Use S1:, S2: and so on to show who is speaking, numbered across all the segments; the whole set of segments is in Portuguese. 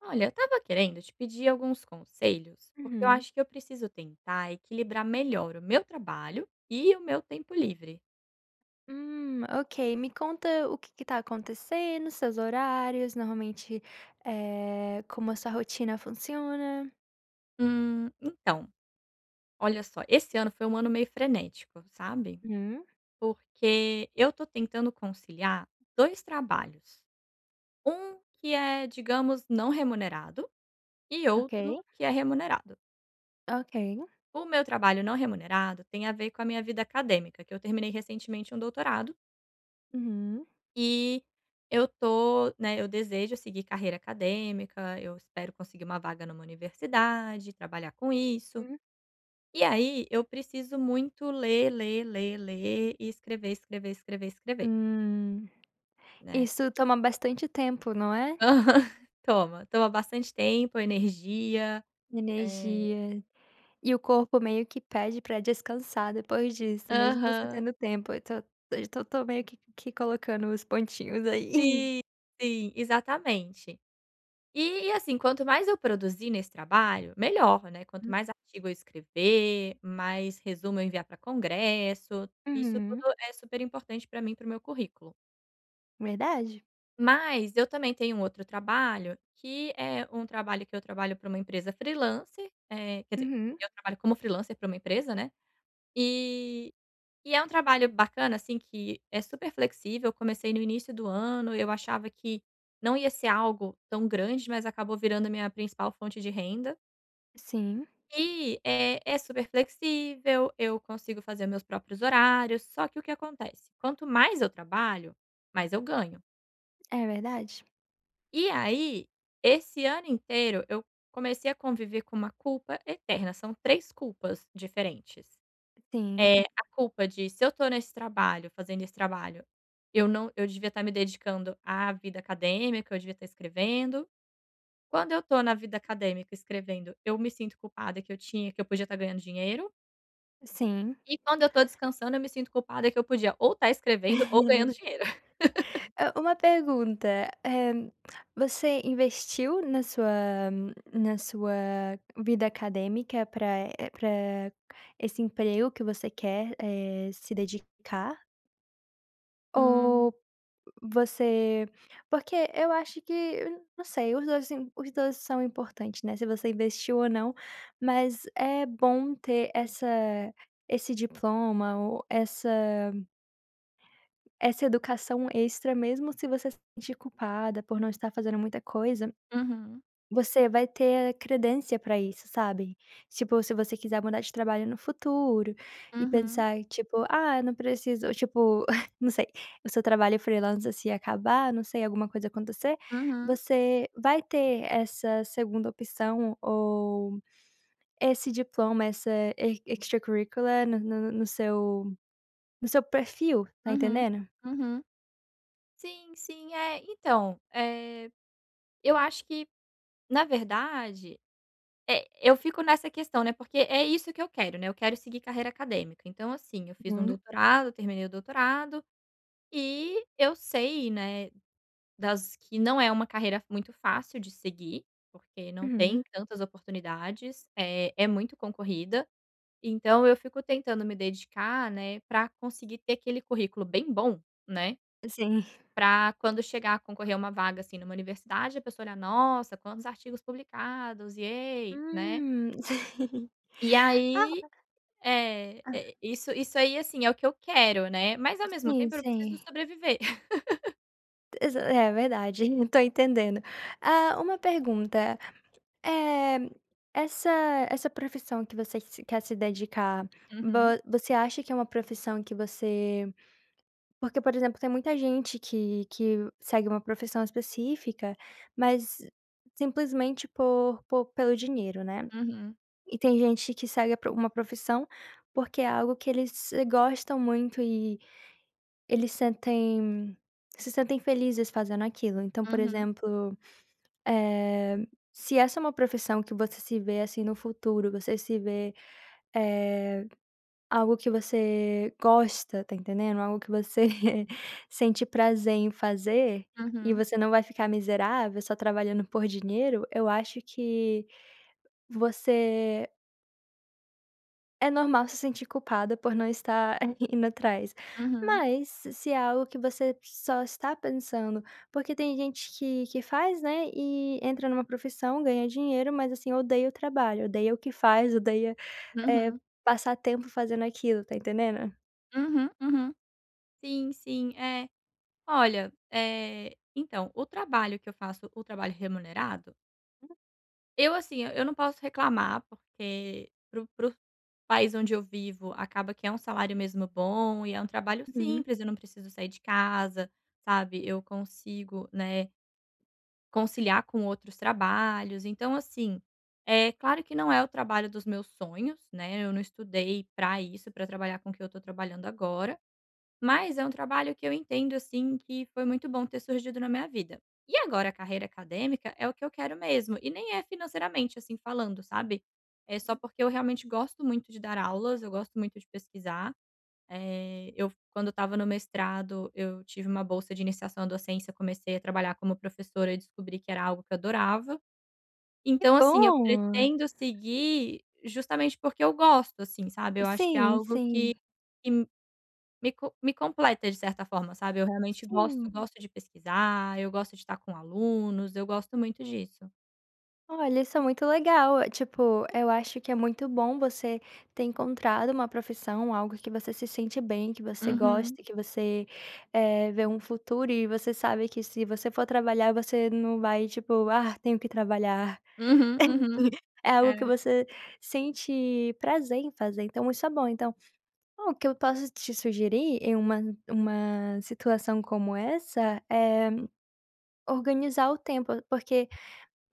S1: Olha, eu estava querendo te pedir alguns conselhos, porque eu
S2: Uhum.
S1: acho que eu preciso tentar equilibrar melhor o meu trabalho e o meu tempo livre.
S2: Ok. Me conta o que que tá acontecendo, seus horários, normalmente, como a sua rotina funciona.
S1: Então, olha só, esse ano foi um ano meio frenético, sabe?
S2: Uhum.
S1: Porque eu tô tentando conciliar dois trabalhos. Um que é, digamos, não remunerado e
S2: Ok,
S1: outro que é remunerado.
S2: ok.
S1: O meu trabalho não remunerado tem a ver com a minha vida acadêmica, que eu terminei recentemente um doutorado.
S2: Uhum.
S1: E eu tô, né, eu desejo seguir carreira acadêmica, eu espero conseguir uma vaga numa universidade, trabalhar com isso.
S2: Hum.
S1: E aí eu preciso muito ler, ler, ler, ler e escrever, escrever, escrever, escrever,
S2: Hum.
S1: né.
S2: Isso toma bastante tempo, não é?
S1: Toma, toma bastante tempo, energia. Eh
S2: Energia. E o corpo meio que pede pra descansar depois disso, mesmo você
S1: Aham.
S2: tendo tempo. Eu tô meio que colocando os pontinhos aí.
S1: Sim, sim, exatamente. E assim, quanto mais eu produzir nesse trabalho, melhor, né. Quanto mais artigo eu escrever, mais resumo eu enviar para congresso, isso
S2: Uhum.
S1: tudo é super importante para mim, para o meu currículo.
S2: Verdade.
S1: Mas eu também tenho um outro trabalho, que é um trabalho que eu trabalho para uma empresa freelancer, quer dizer,
S2: Uhum.
S1: eu trabalho como freelancer para uma empresa, né, e e é um trabalho bacana, assim, que é super flexível. Eu comecei no início do ano, eu achava que não ia ser algo tão grande, mas acabou virando a minha principal fonte de renda.
S2: Sim,
S1: E, é super flexível, eu consigo fazer meus próprios horários, só que o que acontece, quanto mais eu trabalho, mais eu ganho.
S2: é verdade.
S1: E aí, esse ano inteiro eu comecei a conviver com uma culpa eterna, são 3 culpas diferentes.
S2: Sim,
S1: É, a culpa de se eu tô nesse trabalho, fazendo esse trabalho, eu não eu devia estar me dedicando à vida acadêmica, eu devia estar escrevendo. Quando eu tô na vida acadêmica escrevendo, eu me sinto culpada que eu podia estar ganhando dinheiro.
S2: sim.
S1: E quando eu tô descansando, eu me sinto culpada que eu podia ou estar escrevendo ou ganhando dinheiro.
S2: Hã, uma pergunta, eh, você investiu na sua vida acadêmica para esse emprego que você quer, se dedicar?
S1: Hum.
S2: Ou você porque eu acho que não sei, os 2 são importantes, né, se você investiu ou não, mas é bom ter essa esse diploma ou essa educação extra. Mesmo se você se sentir culpada por não estar fazendo muita coisa,
S1: Uhum.
S2: você vai ter credência pra isso, sabe. Tipo, se você quiser mudar de trabalho no futuro e
S1: Uhum.
S2: pensar, tipo: "Ah, não preciso", ou tipo, não sei, o seu trabalho freelance se acabar, não sei, alguma coisa acontecer,
S1: Uhum.
S2: você vai ter essa segunda opção ou esse diploma, essa e extracurricular no seu perfil, tá
S1: Uhum.
S2: entendendo?
S1: Uhum. Sim, sim. É, então, eu acho que, na verdade é, eu fico nessa questão, né, porque é isso que eu quero, né, eu quero seguir carreira acadêmica. Então, assim, eu fiz um
S2: Uhum,
S1: doutorado, terminei o doutorado e eu sei, né, das que não é uma carreira muito fácil de seguir, porque não
S2: uhum,
S1: tem tantas oportunidades, é muito concorrida. Então eu fico tentando me dedicar, né, para conseguir ter aquele currículo bem bom, né,
S2: sim.
S1: para quando chegar a concorrer a uma vaga, assim, numa universidade, a pessoa olhar: "Nossa, quantos artigos publicados, iê", né.
S2: Sim.
S1: E
S2: Ah.
S1: aí É, é isso aí, assim, é o que eu quero, né, mas ao mesmo
S2: Sim,
S1: tempo eu preciso
S2: sim.
S1: sobreviver.
S2: Exa É verdade, tô entendendo. Ah, uma pergunta, é essa essa profissão que você se quer se dedicar, vo
S1: Uhum,
S2: você acha que é uma profissão que você... Porque, por exemplo, tem muita gente que segue uma profissão específica, mas simplesmente por pelo dinheiro, né.
S1: uhum,
S2: E tem gente que segue a pro uma profissão porque é algo que eles gostam muito. Eles sentem Se sentem felizes fazendo aquilo. Então, por
S1: uhum,
S2: exemplo, eh, se essa é uma profissão que você se vê, assim, no futuro, você se vê, eh, algo que você gosta, tá entendendo? Algo que você sente prazer em fazer, e
S1: uhum,
S2: você não vai ficar miserável só trabalhando por dinheiro. Eu acho que você é normal se sentir culpada por não estar indo atrás,
S1: uhum,
S2: mas se é algo que você só está pensando porque... Tem gente que faz, né, e entra numa profissão, ganha dinheiro, mas assim, odeia o trabalho, odeia o que faz, odeia, eh,
S1: uhum,
S2: passar tempo fazendo aquilo, tá entendendo?
S1: uhum, uhum. Sim, sim, é. Olha, então, o trabalho que eu faço, o trabalho remunerado, eu, assim, eu não posso reclamar, porque para o país onde eu vivo, acaba que é um salário mesmo bom e é um trabalho
S2: Uhum.
S1: simples, eu não preciso sair de casa, sabe, eu consigo, né, conciliar com outros trabalhos. Então, assim, é claro que não é o trabalho dos meus sonhos, né, eu não estudei para isso, para trabalhar com o que eu estou trabalhando agora, mas é um trabalho que eu entendo, assim, que foi muito bom ter surgido na minha vida. E agora a carreira acadêmica é o que eu quero mesmo, e nem é financeiramente, assim, falando, sabe. É só porque eu realmente gosto muito de dar aulas, eu gosto muito de pesquisar, eu quando estava no mestrado, eu tive uma bolsa de iniciação à docência, comecei a trabalhar como professora e descobri que era algo que eu adorava.
S2: Que
S1: Então, assim, eu
S2: bom!
S1: pretendo seguir justamente porque eu gosto, assim, sabe. Eu acho que é
S2: Sim,
S1: algo que
S2: sim.
S1: que m- me co me completa de certa forma, sabe. Eu realmente gosto,
S2: Sim.
S1: gosto de pesquisar, eu gosto de estar com alunos, eu gosto muito disso.
S2: Olha, isso é muito legal. Eh, tipo, eu acho que é muito bom você ter encontrado uma profissão, algo que você se sente bem, que você
S1: Uhum.
S2: gosta, que você, vê um futuro e você sabe que se você for trabalhar, você não vai, tipo: "Ah, tenho que trabalhar".
S1: Uhum, uhum.
S2: É algo
S1: É.
S2: que você sente prazer em fazer, então isso é bom. Então, o que eu posso te sugerir em uma situação como essa é organizar o tempo. Porque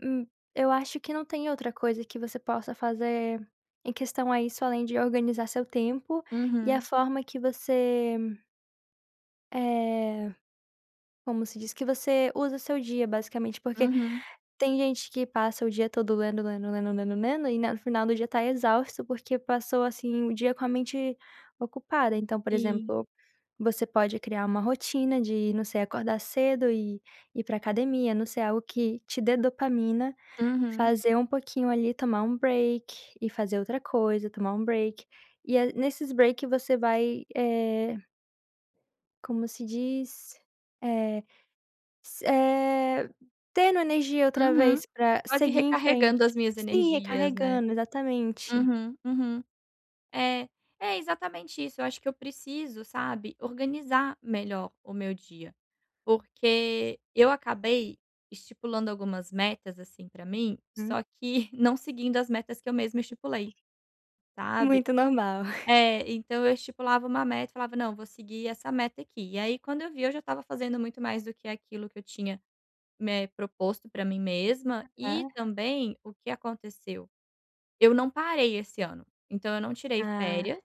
S2: hum, eu acho que não tem outra coisa que você possa fazer em questão a isso, além de organizar seu tempo e a
S1: Uhum,
S2: forma que você, eh, como se diz? Que você usa seu dia, basicamente. Porque
S1: uhum.
S2: tem gente que passa o dia todo lendo, lendo, lendo, lendo, lendo, e no final do dia tá exausto porque passou, assim, o dia com a mente ocupada. Então, por
S1: Sim.
S2: exemplo, você pode criar uma rotina de, não sei, acordar cedo e ir pra academia, não sei, algo que te dê dopamina.
S1: Uhum.
S2: Fazer um pouquinho ali, tomar um break e fazer outra coisa, tomar um break. E é nesses break você vai, como se diz? Eh, s eh, tendo energia outra
S1: Uhum.
S2: vez pra
S1: Quase
S2: seguir em frente.
S1: recarregando as minhas
S2: Sim,
S1: energias, né.
S2: recarregando, exatamente.
S1: Uhum, uhum. É, é exatamente isso, eu acho que eu preciso, sabe, organizar melhor o meu dia, porque eu acabei estipulando algumas metas, assim, pra mim,
S2: Uhum.
S1: só que não seguindo as metas que eu mesma estipulei, sabe.
S2: Muito normal.
S1: É, então eu estipulava uma meta e falava: "Não, vou seguir essa meta aqui". E aí quando eu vi eu já estava fazendo muito mais do que aquilo que eu tinha, né, proposto para mim mesma e
S2: Ah,
S1: também o que aconteceu? Eu não parei esse ano, então eu não tirei
S2: ah,
S1: férias,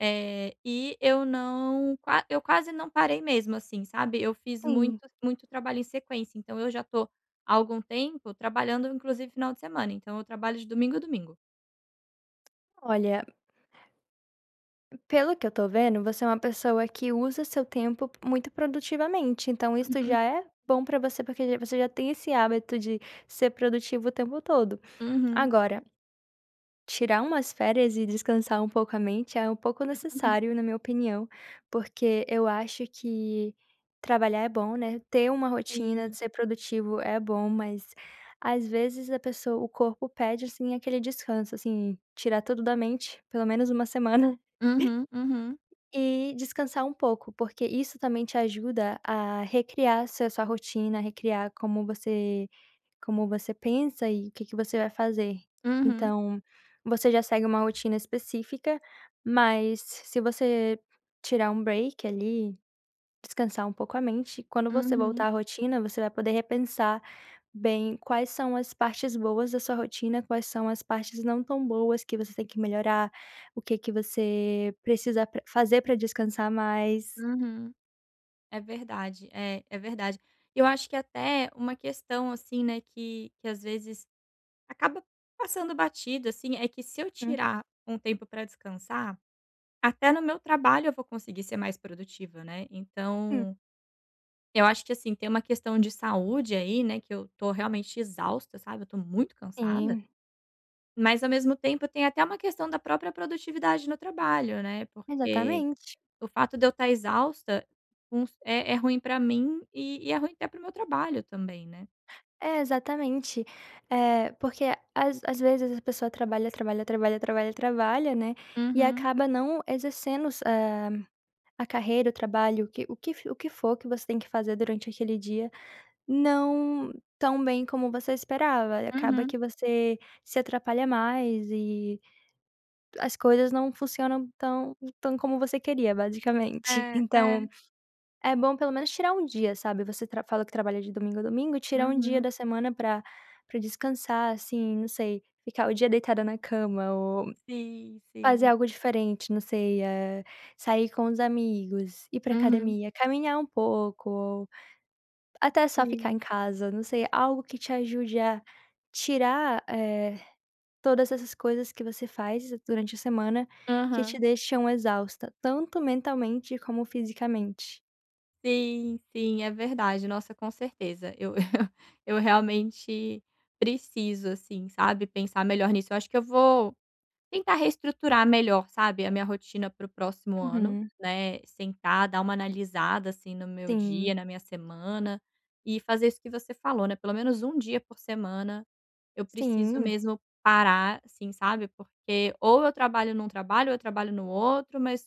S1: e eu quase não parei mesmo, assim, sabe. Eu fiz muito
S2: sim.
S1: muito trabalho em sequência, então eu já tô há algum tempo trabalhando inclusive final de semana, então eu trabalho de domingo a domingo.
S2: Olha, pelo que eu tô vendo, você é uma pessoa que usa seu tempo muito produtivamente, então isso
S1: Uhum.
S2: já é bom pra você, porque já- você já tem esse hábito de ser produtivo o tempo todo.
S1: Uhum.
S2: Agora, tirar umas férias e descansar um pouco a mente é um pouco necessário, na minha opinião, porque eu acho que trabalhar é bom, né? Ter uma rotina,
S1: Sim.
S2: ser produtivo é bom, mas às vezes a pessoa, o corpo pede assim aquele descanso, assim, tirar tudo da mente, pelo menos uma semana.
S1: Uhum, uhum,
S2: E descansar um pouco, porque isso também te ajuda a recriar se sua rotina, recriar como você pensa e o que que você vai fazer.
S1: uhum,
S2: Então, você já segue uma rotina específica, mas se você tirar um break ali, descansar um pouco a mente, quando você voltar
S1: uhum,
S2: à rotina, você vai poder repensar bem quais são as partes boas da sua rotina, quais são as partes não tão boas que você tem que melhorar, o que que você precisa pra fazer para descansar mais.
S1: uhum. É verdade, é, é verdade. Eu acho que até uma questão assim, né, que às vezes acaba passando batido, assim, é que se eu tirar um tempo para descansar, até no meu trabalho eu vou conseguir ser mais produtiva, né?
S2: Uhum.
S1: Então, eu acho que assim, tem uma questão de saúde aí, né, que eu tô realmente exausta, sabe? Eu tô muito cansada,
S2: Sim,
S1: mas ao mesmo tempo tem até uma questão da própria produtividade no trabalho, né? Porque
S2: exatamente.
S1: o fato de eu estar exausta, uns é é ruim pra mim e é ruim até para meu trabalho também, né.
S2: É, exatamente. É porque às vezes a pessoa trabalha, trabalha, trabalha, trabalha, trabalha, né, e
S1: Uhum,
S2: acaba não exercendo s a carreira, o trabalho, o que for que você tem que fazer durante aquele dia não tão bem como você esperava. Acaba
S1: uhum.
S2: que você se atrapalha mais e as coisas não funcionam tão como você queria, basicamente.
S1: É, é.
S2: Então, é bom pelo menos tirar um dia, sabe, você tra falou que trabalha de domingo a domingo, tirar um dia
S1: Uhum.
S2: da semana pra descansar, assim, não sei, ficar o dia deitada na cama ou
S1: Sim,
S2: fazer
S1: sim.
S2: algo diferente, não sei, sair com os amigos, ir pra
S1: Uhum.
S2: academia, caminhar um pouco, até só ficar em
S1: Sim.
S2: casa, não sei, algo que te ajude a tirar, todas essas coisas que você faz durante a semana que te
S1: Aham.
S2: deixam exausta, tanto mentalmente como fisicamente.
S1: Sim, sim, é verdade. Nossa, com certeza. Eu eu realmente preciso, assim, sabe, pensar melhor nisso. Eu acho que eu vou tentar reestruturar melhor, sabe, a minha rotina para o próximo ano,
S2: Uhum.
S1: né, sentar, dar uma analisada, assim, no meu dia,
S2: Sim,
S1: na minha semana, e fazer isso que você falou, né, pelo menos um dia por semana, eu preciso
S2: sim.
S1: mesmo parar, assim, sabe, porque ou eu trabalho num trabalho ou eu trabalho no outro, mas,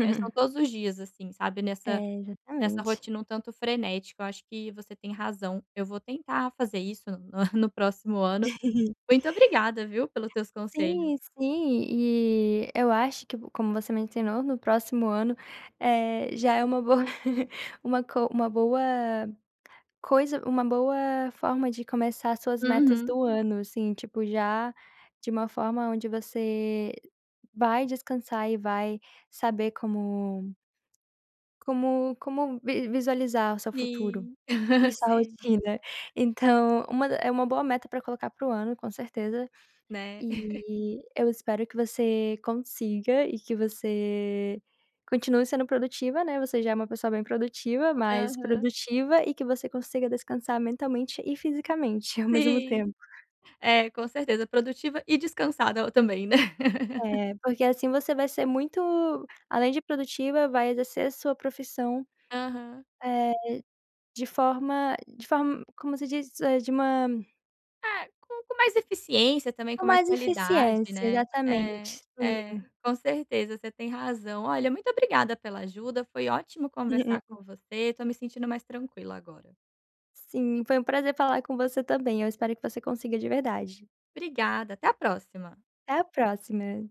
S1: são todos os dias, assim, sabe, nessa
S2: É,
S1: nessa
S2: exatamente.
S1: rotina um tanto frenética, eu acho que você tem razão, eu vou tentar fazer isso no no próximo ano. Muito obrigada, viu, pelos teus conselhos.
S2: Sim, sim, e eu acho que, como você mencionou, no próximo ano, já é uma boa uma boa Coisa uma boa forma de começar suas metas
S1: Uhum.
S2: do ano, assim, tipo, já de uma forma onde você vai descansar e vai saber como vi visualizar o seu futuro
S1: Sim,
S2: e sua
S1: sim,
S2: rotina. Então, uma boa meta para colocar para o ano, com certeza.
S1: né.
S2: E eu espero que você consiga e que você continue sendo produtiva, né, você já é uma pessoa bem produtiva, mas
S1: Aham.
S2: produtiva e que você consiga descansar mentalmente e fisicamente ao mesmo
S1: Sim.
S2: tempo.
S1: É, com certeza, produtiva e descansada também, né.
S2: É, porque assim você vai ser muito além de produtiva, vai exercer a sua profissão,
S1: Aham.
S2: eh, de forma como se diz? Eh, de uma
S1: É, com mais eficiência também,
S2: Com
S1: com mais
S2: mais
S1: qualidade,
S2: eficiência,
S1: né. É,
S2: exatamente, sim.
S1: é, com certeza, você tem razão. Olha, muito obrigada pela ajuda, foi ótimo conversar com você, tô me sentindo mais tranquila agora.
S2: Sim, foi um prazer falar com você também, eu espero que você consiga de verdade.
S1: Obrigada, até a próxima.
S2: Até a próxima.